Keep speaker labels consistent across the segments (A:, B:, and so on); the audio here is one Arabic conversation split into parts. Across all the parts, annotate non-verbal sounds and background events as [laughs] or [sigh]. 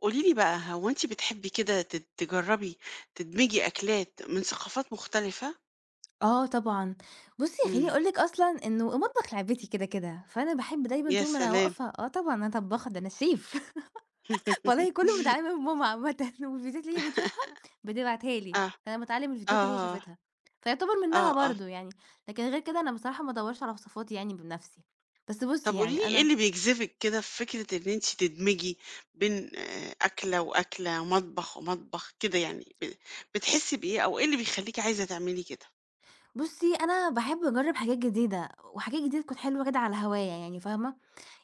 A: قولي لي بقى هو أنتِ بتحبي كده تجرّبي تدمجي أكلات من ثقافات مختلفة؟
B: آه طبعًا. بُصّي، خلّيني
A: إمم.
B: أقول لِك أصلًا إنه المطبخ لعبتي كده، كده، فأنا باحب دايمًا
A: يا
B: طول ما أنا
A: سلام!
B: واقفة آه طبعًا أنا طبّاخة، ده أنا chef [laughs] والله كُلّه
A: [laughs]
B: متعلّمه من ماما عامةً [laughs] والفيديوهات اللي هي بتشوفها بتبعتها لي،
A: آه،
B: فأنا باتعلّم الفيديوهات اللي هي
A: آه،
B: شافتها، فيعتبر منها
A: آه، آه.
B: برضه يعني، لكن غير كده أنا بصراحة ما ادوّرش على وصفاتي يعني بنَفْسي. بس بُصّي
A: طب قولي لي
B: يعني
A: إيه
B: أنا
A: اللي بيجذبِك كده في فكرة إن أنتِ تدمجي بين أكلة وأكلة، مطبخ ومطبخ كده يعني، بتحسي بإيه أو إيه اللي بيخلّيكِ عايزة تعملي كده؟
B: بُصّي أنا باحب أجرّب حاجات جديدة، وحاجات جديدة تكون حلوة كده على هوايا يعني، فاهمة؟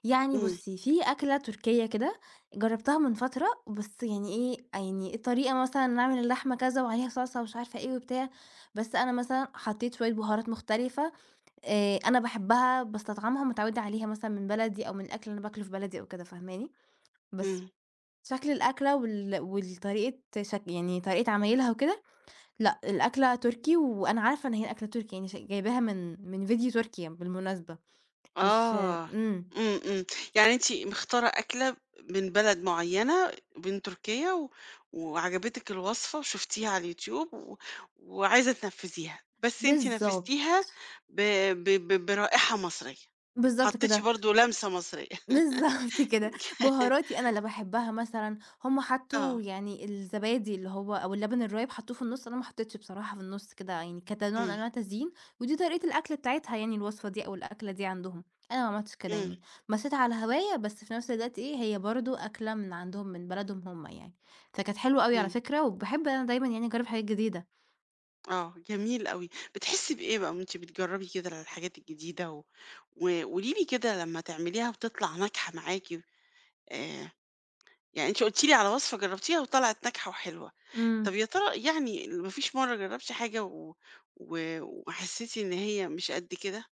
B: يعني
A: إمم،
B: بُصّي، في أكلة تركية كده جرّبتها من فترة، بس يعني إيه، يعني الطريقة مثلًا نعمل اللحمة كذا وعليها صلصة ومش عارفة إيه وبتاع، بس أنا مثلًا حطيت شوية بهارات مختلفة أنا باحبها، باستطعمها، متعودة عليها مثلًا من بلدي أو من الأكل اللي أنا باكله في بلدي أو كده، فاهماني؟ بس
A: إمم.
B: شكل الأكلة وال والطريقة شك يعني طريقة عمايلها وكده، لأ، الأكلة تركي وأنا عارفة إن هي أكلة تركي، يعني ش جايباها من من فيديو تركي بالمناسبة، مش
A: آه.
B: إمم،
A: إمم، إمم. يعني أنتِ مختارة أكلة من بلد معيّنة، من تركيا و وعجبتِك الوصفة وشُفتيها على اليوتيوب و وعايزة تنفّذيها، بس أنتِ
B: بالضبط،
A: نفّذتيها ب ب ب برائحة مصرية،
B: بالضبط
A: حطّيتِ
B: كده.
A: برضه لمسة مصرية.
B: [laughs] بالضبط كده، بهاراتي
A: [laughs]
B: أنا اللي باحبها مثلًا، هُم
A: آه.
B: حطّوا يعني الزبادي اللي هو أو اللبن الرايب حطّوه في النُص، أنا ما حطيتش بصراحة في النُص كده يعني كنوع من
A: إمم،
B: أنواع التزيين، ودي طريقة الأكل بتاعتها يعني الوصفة دي أو الأكلة دي عندهم، أنا ما عملتش كده
A: إمم،
B: يعني، مشيت على هواية بس في نفس الوقت إيه، هي برضه أكلة من عندهم من بلدهم هُم يعني، فكانت حلوة أوي على
A: إمم.
B: فكرة، وباحب أنا دايمًا يعني أجرّب حاجات جديدة.
A: آه، جميل أوي. بتحسّي بإيه بقى وأنتِ بتجرّبي كده الحاجات الجديدة و وقولي لي كده لمّا تعمليها وتطلع ناجحة معاكِ. آآ يعني أنتِ قُلتِ لي على وصفة جرّبتيها وطلعت ناجحة وحلوة. طَب
B: إمم.
A: يا ترى يعني ما فيش مرّة جرّبتِ حاجة و و وحسّيتِ إن هي مش قد كده؟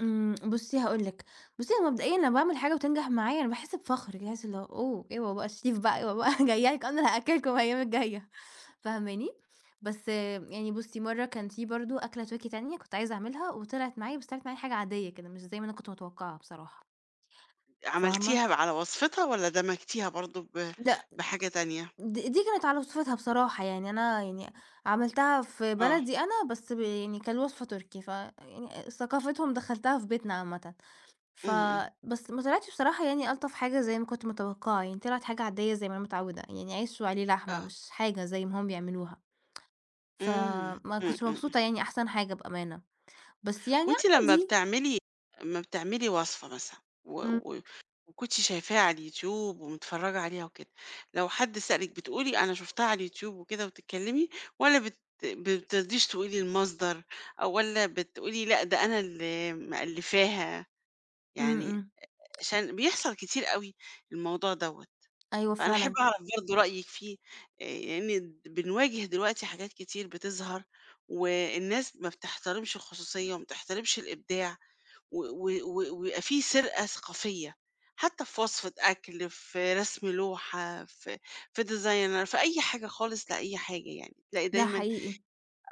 B: إمم، بُصّي هاقول لِك، بُصّي أنا مبدئيًا لمّا باعمل حاجة وتنجح معايا أنا باحس بفخر كده، باحس اللي هو أوه! أيوه بقى الشيف بقى، أيوه بقى [laughs] جاية لِك أنا اللي هاكلكم الأيام الجاية فاهماني؟ بس آه، يعني بُصّي مرة كان في برضه أكلة تركي تانية كنت عايزة أعملها وطلعت معايا بس طلعت معايا حاجة عادية كده، مش زي ما أنا كنت متوقعة بصراحة، فاهمة؟
A: عملتيها على وصفتها والّا دمجتيها برضه
B: لأ،
A: بحاجة تانية؟
B: دي كانت على وصفتها بصراحة، يعني أنا يعني عملتها في
A: آه،
B: بلدي أنا بس ب يعني كان الوصفة تركي، ف يعني ثقافتهم دخّلتها في بيتنا عامةً. ف
A: إمم، إمم،
B: بس ما طلعتش بصراحة يعني ألطف حاجة زي ما كنت متوقعة، يعني طلعت حاجة عادية زي ما أنا متعودة، يعني عيش وعليه لحمة
A: آه،
B: مش حاجة زي ما هُم بيعملوها،
A: إمم،
B: فما
A: إمم،
B: كنتش
A: إمم.
B: مبسوطة يعني أحسن حاجة بأمانة، بس يعني
A: وأنتِ لمّا
B: عادي،
A: بتعملي أمّا بتعملي وصفة مثلًا و
B: إمم،
A: و وكنتِ شايفاها على اليوتيوب ومتفرّجة عليها وكده، لو حد سألِك بتقولي أنا شُفتها على اليوتيوب وكده وتتكلّمي، والّا بترضيش تقولي المصدر أو والّا بتقولي لأ ده أنا اللي مألّفاها؟
B: إمم،
A: يعني
B: إمم،
A: عشان بيحصل كتير أوي الموضوع دوّة،
B: أيوه
A: فأنا أحب
B: فعلًا،
A: أعرف برضه رأيِك فيه. لإن بنواجه دلوقتي حاجات كتير بتظهر والناس ما بتحترمش الخصوصية وما بتحترمش الإبداع. و و و ويبقى في سرقة ثقافية، حتى في وصفة أكل، في رسم لوحة، في designer، في أي حاجة خالص لأي حاجة يعني، تلاقي
B: ده
A: دايمًا.
B: حقيقي،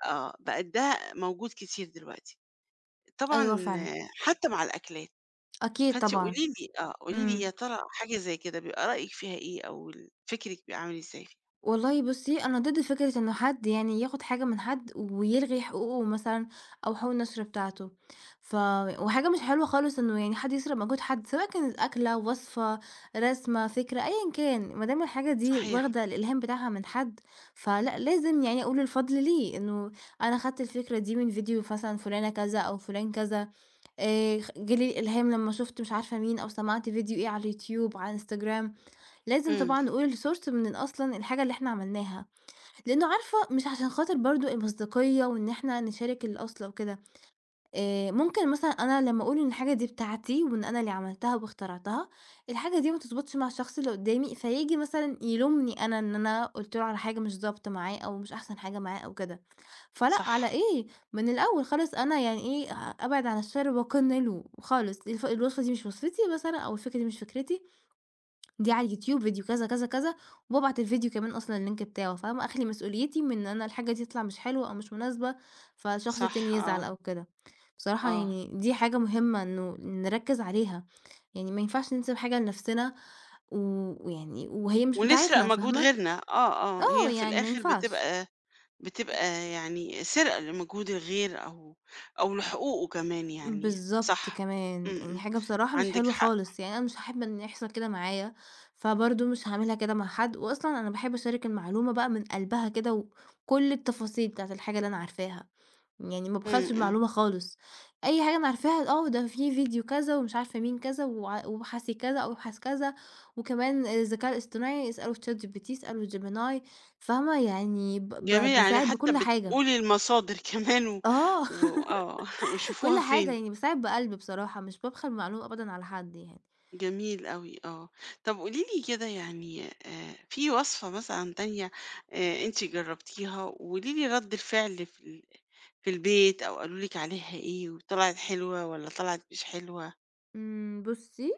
A: آه، بقت ده موجود كتير دلوقتي. طبعًا.
B: أيوه فعلًا،
A: آه، حتى مع الأكلات.
B: أكيد
A: فأنتِ
B: طبعًا،
A: قولي لي آه، قولي لي يا
B: إمم.
A: ترى حاجة زي كده بيبقى رأيِك فيها إيه أو فكرِك بيبقى عامل إزاي فيها؟
B: والله بُصّي، أنا ضد فكرة إنه حد يعني ياخد حاجة من حد ويلغي حقوقه مثلًا أو حقوق النشر بتاعته، ف وحاجة مش حلوة خالص إنه يعني حد يسرق مجهود حد، سواء كانت أكلة، وصفة، رسمة، فكرة، أيًا كان، ما دام الحاجة دي
A: صحيح.
B: واخدة الإلهام بتاعها من حد، فلأ لازم يعني أقول الفضل ليه، إنه أنا خدت الفكرة دي من فيديو مثلًا فلانة كذا أو فلان كذا، خ جه لي الإلهام لمّا شُفت مش عارفة مين أو سمعت فيديو إيه على اليوتيوب، على الإنستجرام. لازم إمم.
A: إمم.
B: طبعًا نقول الsource من أصلًا الحاجة اللي إحنا عملناها، لأنه عارفة مش عشان خاطر برضه المصداقية وإن إحنا نشارك الأصل أو كده، ممكن مثلًا أنا لمّا أقول إن الحاجة دي بتاعتي وإن أنا اللي عملتها واخترعتها، الحاجة دي ما تضبطش مع الشخص اللي قدّامي، فييجي مثلًا يلومني أنا إن أنا قُلت له على حاجة مش ضابطة معاه أو مش أحسن حاجة معاه أو كده، فلأ على
A: صح.
B: إيه؟ من الأول خالص أنا يعني إيه أ أبعد عن الشر وأقِن له خالص، الف الوصفة دي مش وصفتي مثلًا أو الفكرة دي مش فكرتي، دي على اليوتيوب فيديو كذا، كذا، كذا، وبابعت الفيديو كمان أصلًا اللينك بتاعه، فاهمة، أخلي مسؤوليتي من إن أنا الحاجة دي تطلع مش حلوة أو مش مناسبة، فشخص
A: صح.
B: تاني يزعل
A: آه.
B: أو كده. بصراحة
A: آه.
B: يعني دي حاجة مهمة إنه نركّز عليها، يعني ما ينفعش ننسب حاجة لنفسنا و ويعني وهي مش
A: ونسرق
B: بتاعتنا،
A: مجهود
B: فاهمة؟
A: غيرنا، آه، آه،
B: آه،
A: هي في
B: يعني ما
A: الآخر
B: ينفعش.
A: بتبقى يعني سرقة لمجهود الغير أو لحقوقه كمان يعني،
B: بالضبط
A: صح.
B: كمان،
A: إمم،
B: يعني
A: إمم،
B: حاجة بصراحة مش
A: عندِك
B: حلوة
A: حق.
B: خالص، يعني أنا مش هاحب إن يحصل كده معايا، فبرضه مش هاعملها كده مع حد، وأصلًا أنا باحب أشارك المعلومة بقى من قلبها كده وكل التفاصيل بتاعة الحاجة اللي أنا عارفاها، يعني ما
A: إمم،
B: بخلش
A: إمم.
B: المعلومة خالص، أي حاجة أنا عارفاها آه ده في فيديو كذا ومش عارفة مين كذا وع وابحثي كذا أو ابحث كذا، وكمان الذكاء الاصطناعي اسأله في ChatGPT اسأله Gemini فاهمة؟ يعني ب
A: جميل
B: ب
A: يعني
B: باساعد
A: حتى
B: بكل حاجة،
A: بتقولي المصادر [laughs] كمان و
B: آه.
A: و آه، [laughs]
B: [laughs]
A: وشوفوها
B: كل حاجة
A: فين.
B: يعني باساعد بقلبي بصراحة، مش بابخل معلومة أبدًا على حد يعني.
A: جميل أوي، آه. طب قولي لي كده يعني في وصفة مثلًا تانية، أنتِ جربتيها وقولي لي رد الفعل في البيت أو قالوا لِك عليها إيه وطلعت حلوة والّا طلعت مش حلوة؟
B: إمم، بُصّي،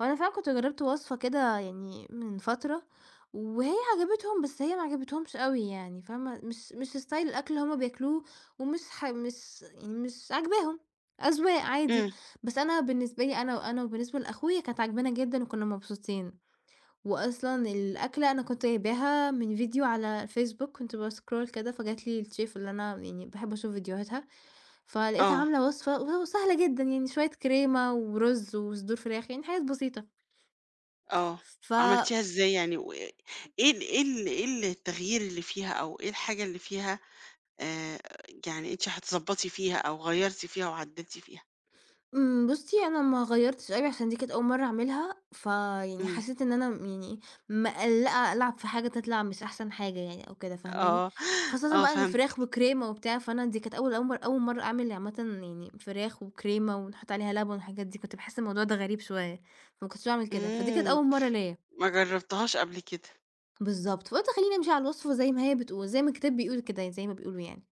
B: هو أنا فعلًا كنت جرّبت وصفة كده يعني من فترة، وهي عجبتهم، بس هي ما عجبتهمش أوي يعني، فاهمة؟ مش style الأكل اللي هُم بياكلوه، ومش ح مش يعني مش عاجباهم، أذواق عادي.
A: إمم.
B: بس أنا بالنسبة لي أنا وبالنسبة لأخويا كانت عاجبانا جدًا وكنا مبسوطين. وأصلًا الأكلة أنا كنت جايباها من فيديو على الفيسبوك، كنت بscroll كده فجات لي الchef اللي أنا يعني باحب أشوف فيديوهاتها فلقيت
A: آه.
B: عاملة وصفة وسهلة جدًا، يعني شوية كريمة ورز وصدور فراخ، يعني حاجات بسيطة.
A: آه،
B: ف
A: عملتيها إزاي يعني؟ وإيه ال إيه ال إيه ال ايه التغيير اللي فيها أو إيه الحاجة اللي فيها؟ آآ، يعني أنتِ هتضبّطي فيها أو غيّرتِ فيها وعدّلتِ فيها؟
B: بُصّي، أنا ما غيّرتش أوي عشان دي كانت أول مرّة أعملها، فيعني
A: إمم،
B: حسّيت إن أنا يعني مقلّقة ألعب في حاجة تطلع مش أحسن حاجة يعني أو كده، فاهماني؟
A: آه،
B: خاصةً
A: آه
B: بقى إن
A: فهمت،
B: فراخ وكريمة وبتاع، فأنا دي كانت أول مرّة أعمل عامةً يعني فراخ وكريمة ونحُط عليها لبن والحاجات دي، كنت باحس الموضوع ده غريب شوية، فما كنتش باعمل كده، فدي كانت
A: إمم،
B: أول مرّة ليّا.
A: ما جرّبتهاش قبل كده،
B: بالضبط، فقُلت خلّيني أمشي على الوصفة زي ما هي بتقول، زي ما الكتاب بيقول كده، زي ما بيقولوا يعني،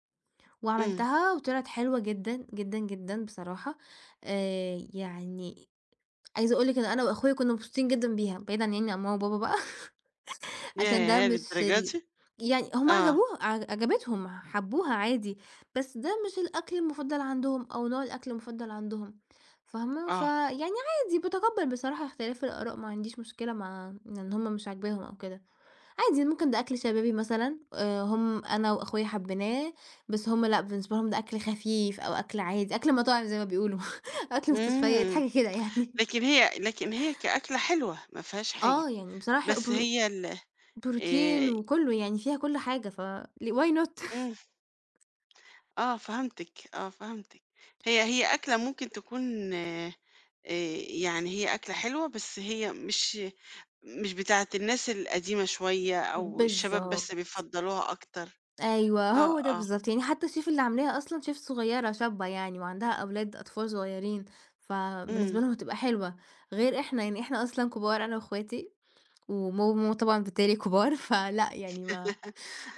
A: إمم،
B: وعملتها وطلعت حلوة جدًا، جدًا، جدًا بصراحة، يعني عايزة أقول لِك إن أنا وأخويا كُنّا مبسوطين جدًا بيها، بعيدًا يعني عن يعني ماما وبابا بقى [laughs] عشان ده
A: ياه
B: مش
A: للدرجة
B: ال
A: دي!
B: يعني هُم
A: آه،
B: عجبوها ع عجبتهم، حبوها عادي، بس ده مش الأكل المُفضّل عندهم أو نوع الأكل المُفضّل عندهم، فاهمة؟
A: آه،
B: فيعني عادي باتقبّل بصراحة اختلاف الآراء، ما عنديش مشكلة مع إن هُم مش عاجباهم أو كده. عادي ممكن ده أكل شبابي مثلًا، هم أنا وأخويا حبيناه، بس هم لأ، بالنسبة لهم ده أكل خفيف أو أكل عادي، أكل مطاعم زي ما بيقولوا، [laughs] أكل مستشفيات
A: إمم.
B: حاجة كده يعني.
A: لكن هي، لكن هي كأكلة حلوة ما فيهاش حاجة،
B: آه، يعني بصراحة
A: بس
B: برو
A: هي ال
B: بروتين
A: آآ،
B: وكُلّه، يعني فيها كل حاجة ف ل why not
A: إمم. آه فهمتِك، آه فهمتِك. هي، هي أكلة ممكن تكون يعني هي أكلة حلوة، بس هي مش بتاعة الناس القديمة شوية أو الشباب
B: بالضبط،
A: بس
B: [laughs]
A: بيفضّلوها أكتر.
B: أيوه
A: آه،
B: هو ده
A: آه،
B: بالضبط، يعني حتى الشيف اللي عاملاها أصلًا شيف صغيرة شابة يعني وعندها أولاد أطفال صغيّرين، فبالنسبة
A: إمم.
B: لهم هتبقى حلوة، غير إحنا يعني إحنا أصلًا كبار أنا وأخواتي وماما طبعًا بالتالي كبار، [laughs] فلأ يعني ما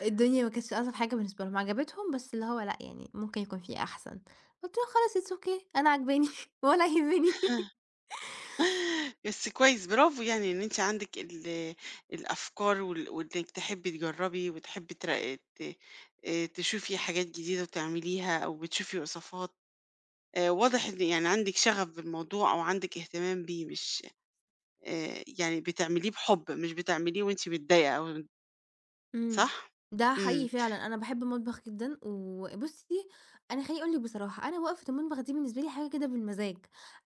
B: الدنيا ما كانتش ألطف حاجة بالنسبة لهم، عجبتهم بس اللي هو لأ يعني ممكن يكون في أحسن، قُلت له: "خلاص it's okay أنا عاجباني [laughs] ولا يهمني."
A: [laughs] بس كويس، برافو يعني إن أنتِ عندِك الأفكار وإنِّك تحبّي تجرّبي وتحبّي تر ت تشوفي حاجات جديدة وتعمليها أو بتشوفي وصفات. واضح إن يعني عندِك شغف بالموضوع أو عندِك اهتمام بيه، مش يعني بتعمليه بحُب، مش بتعمليه وأنتِ متضايقة أو،
B: إمم،
A: صح؟
B: ده
A: إمم.
B: حقيقي فعلًا، أنا باحب المطبخ جدًا، وبُصّي أنا خلّيني أقول لِك بصراحة، أنا وقفة المطبخ دي بالنسبة لي حاجة كده بالمزاج،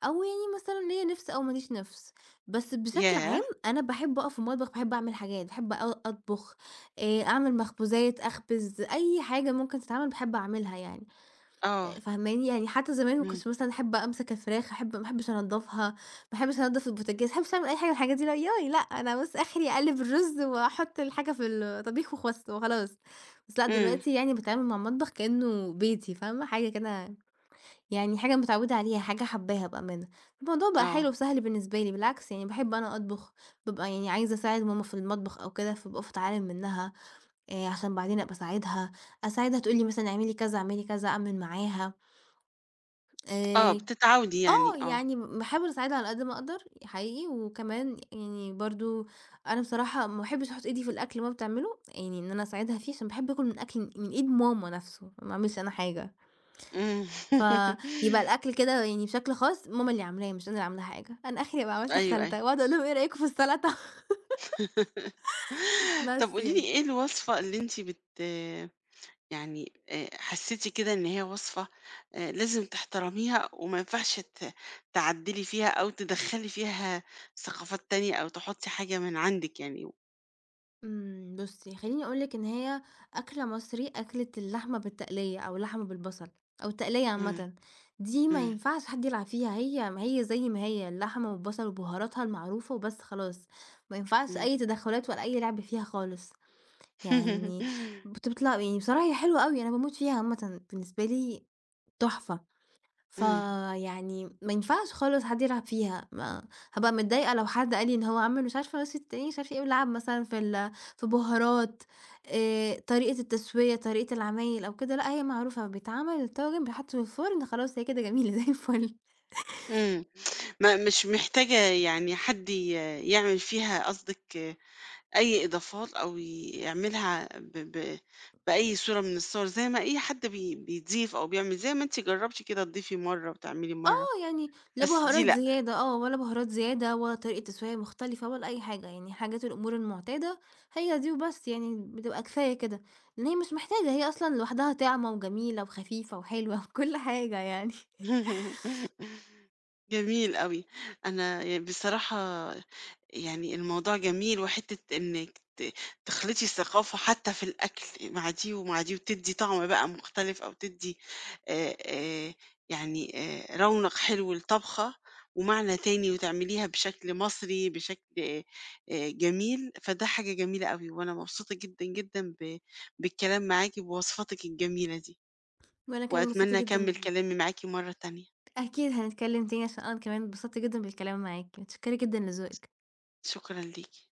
B: أو يعني مثلًا ليّا نِفْس أو ما ليش نِفْس، بس بشكل
A: ياه!
B: عام أنا باحب أقف في المطبخ، باحب أعمل حاجات، باحب أطبخ، أعمل مخبوزات، أخبز، أي حاجة ممكن تتعمل باحب أعملها يعني.
A: آه.
B: فاهماني؟ يعني حتى زمان ما
A: إمم.
B: كنتش مثلًا أحب أمسك الفراخ، أحب ما أحبش أنضّفها، ما أحبش أنضّف البوتاجاز، ما أحبش أعمل أي حاجة من الحاجات دي، لا ياي لأ، أنا بس آخري أقلّب الرز وأحط الحاجة في الطبيخ وخس وخلاص. بس لأ،
A: إمم.
B: دلوقتي يعني باتعامل مع المطبخ كإنه بيتي فاهمة؟ حاجة كده يعني حاجة متعودة عليها، حاجة حاباها بأمانة. الموضوع بقى
A: آه.
B: حلو وسهل بالنسبة لي، بالعكس يعني باحب أنا أطبخ، بابقى يعني عايزة أساعد ماما في المطبخ أو كده، فباقف أتعلم منها عشان بعدين أبقى أساعدها، أساعدها تقول لي مثلًا اعملي كذا، اعملي كذا، أعمل معاها.
A: آه،
B: آآ
A: بتتعاودي يعني
B: آه،
A: آه.
B: يعني باحاول أساعدها على قد ما أقدر حقيقي، وكمان يعني برضه أنا بصراحة ما باحبش أحُط إيدي في الأكل وهي بتعمله، يعني إن أنا أساعدها فيه عشان باحب آكل من أكل من إيد ماما نَفْسه، ما أعملش أنا حاجة،
A: إمم.
B: فيبقى
A: [laughs]
B: الأكل كده يعني بشكل خاص ماما اللي عاملاه، مش أنا اللي عاملة حاجة، أنا آخري أبقى عملت
A: أيوه، أيوه.
B: السَلطة وأقعد أقول لهم إيه رأيكم في السَلطة؟ [laughs]
A: [laughs] طب
B: بس
A: قولي لي
B: يعني.
A: إيه الوصفة اللي أنتِ يعني حسّيتِ كده إن هي وصفة، لازم تحترميها وما ينفعش تعدّلي فيها أو تدخّلي فيها ثقافات تانية أو تحُطّي حاجة من عندِك يعني؟
B: إمم، بُصّي خلّيني أقول لِك إن هي أكلة مصري، أكلة اللحمة بالتقلية أو اللحمة بالبصل أو التقلية
A: إمم.
B: عامةً، دي ما
A: إمم.
B: ينفعش حد يلعب فيها، هي ما هي زي ما هي اللحمة والبصل وبهاراتها المعروفة وبس خلاص، ما ينفعش
A: إمم.
B: أي تدخلات ولا أي لعب فيها خالص، يعني
A: [laughs]
B: بتطلع يعني بصراحة هي حلوة أوي أنا باموت فيها عامةً، بالنسبة لي تحفة.
A: إمم،
B: فيعني ما ينفعش خالص حد يلعب فيها، ما هابقى متضايقة لو حد قال لي إن هو عمل مش عارفة بس التاني مش عارف إيه ولعب مثلًا في في بهارات طريقة التسوية، طريقة العمايل أو كده، لأ هي معروفة بيتعمل الطاجن بيتحط في الفرن خلاص هي كده جميلة [laughs] زي الفل.
A: إمم. ما مش محتاجة يعني حد يعمل فيها قصدِك أي إضافات أو يعملها ب ب بأي صورة من الصور، زي ما أي حد بيضيف أو بيعمل، زي ما أنتِ جرّبتِ كده تضيفي مرّة وتعملي مرّة،
B: آه، يعني لا
A: بس دي
B: بهارات
A: لأ.
B: زيادة آه، ولا بهارات زيادة ولا طريقة تسوية مختلفة ولا أي حاجة، يعني حاجات الأمور المعتادة هي دي وبس، يعني بتبقى كفاية كده، لإن هي مش محتاجة هي أصلًا لوحدها طعمة وجميلة وخفيفة وحلوة [laughs] وكل حاجة يعني.
A: [laughs] جميل أوي. أنا ي بصراحة يعني الموضوع جميل وحتّة إنِّك تخلطي الثقافة حتّى في الأكل مع دي ومع دي وتدّي طعم بقى مختلف أو تدّي آآ آآ يعني رونق حلو لطبخة ومعنى تاني وتعمليها بشكل مصري، بشكل جميل، فده حاجة جميلة أوي وأنا مبسوطة جدًا، جدًا بالكلام معاكِ بوصفاتِك الجميلة دي،
B: وأنا كمان انبسطت
A: وأتمنى أكمّل
B: جدًا
A: كلامي معاكِ مرّة تانية.
B: أكيد هنتكلم تاني عشان أنا كمان اتبسطت جدًا بالكلام معاك، متشكرة جدًا لذوقِك.
A: شكرًا ليكِ.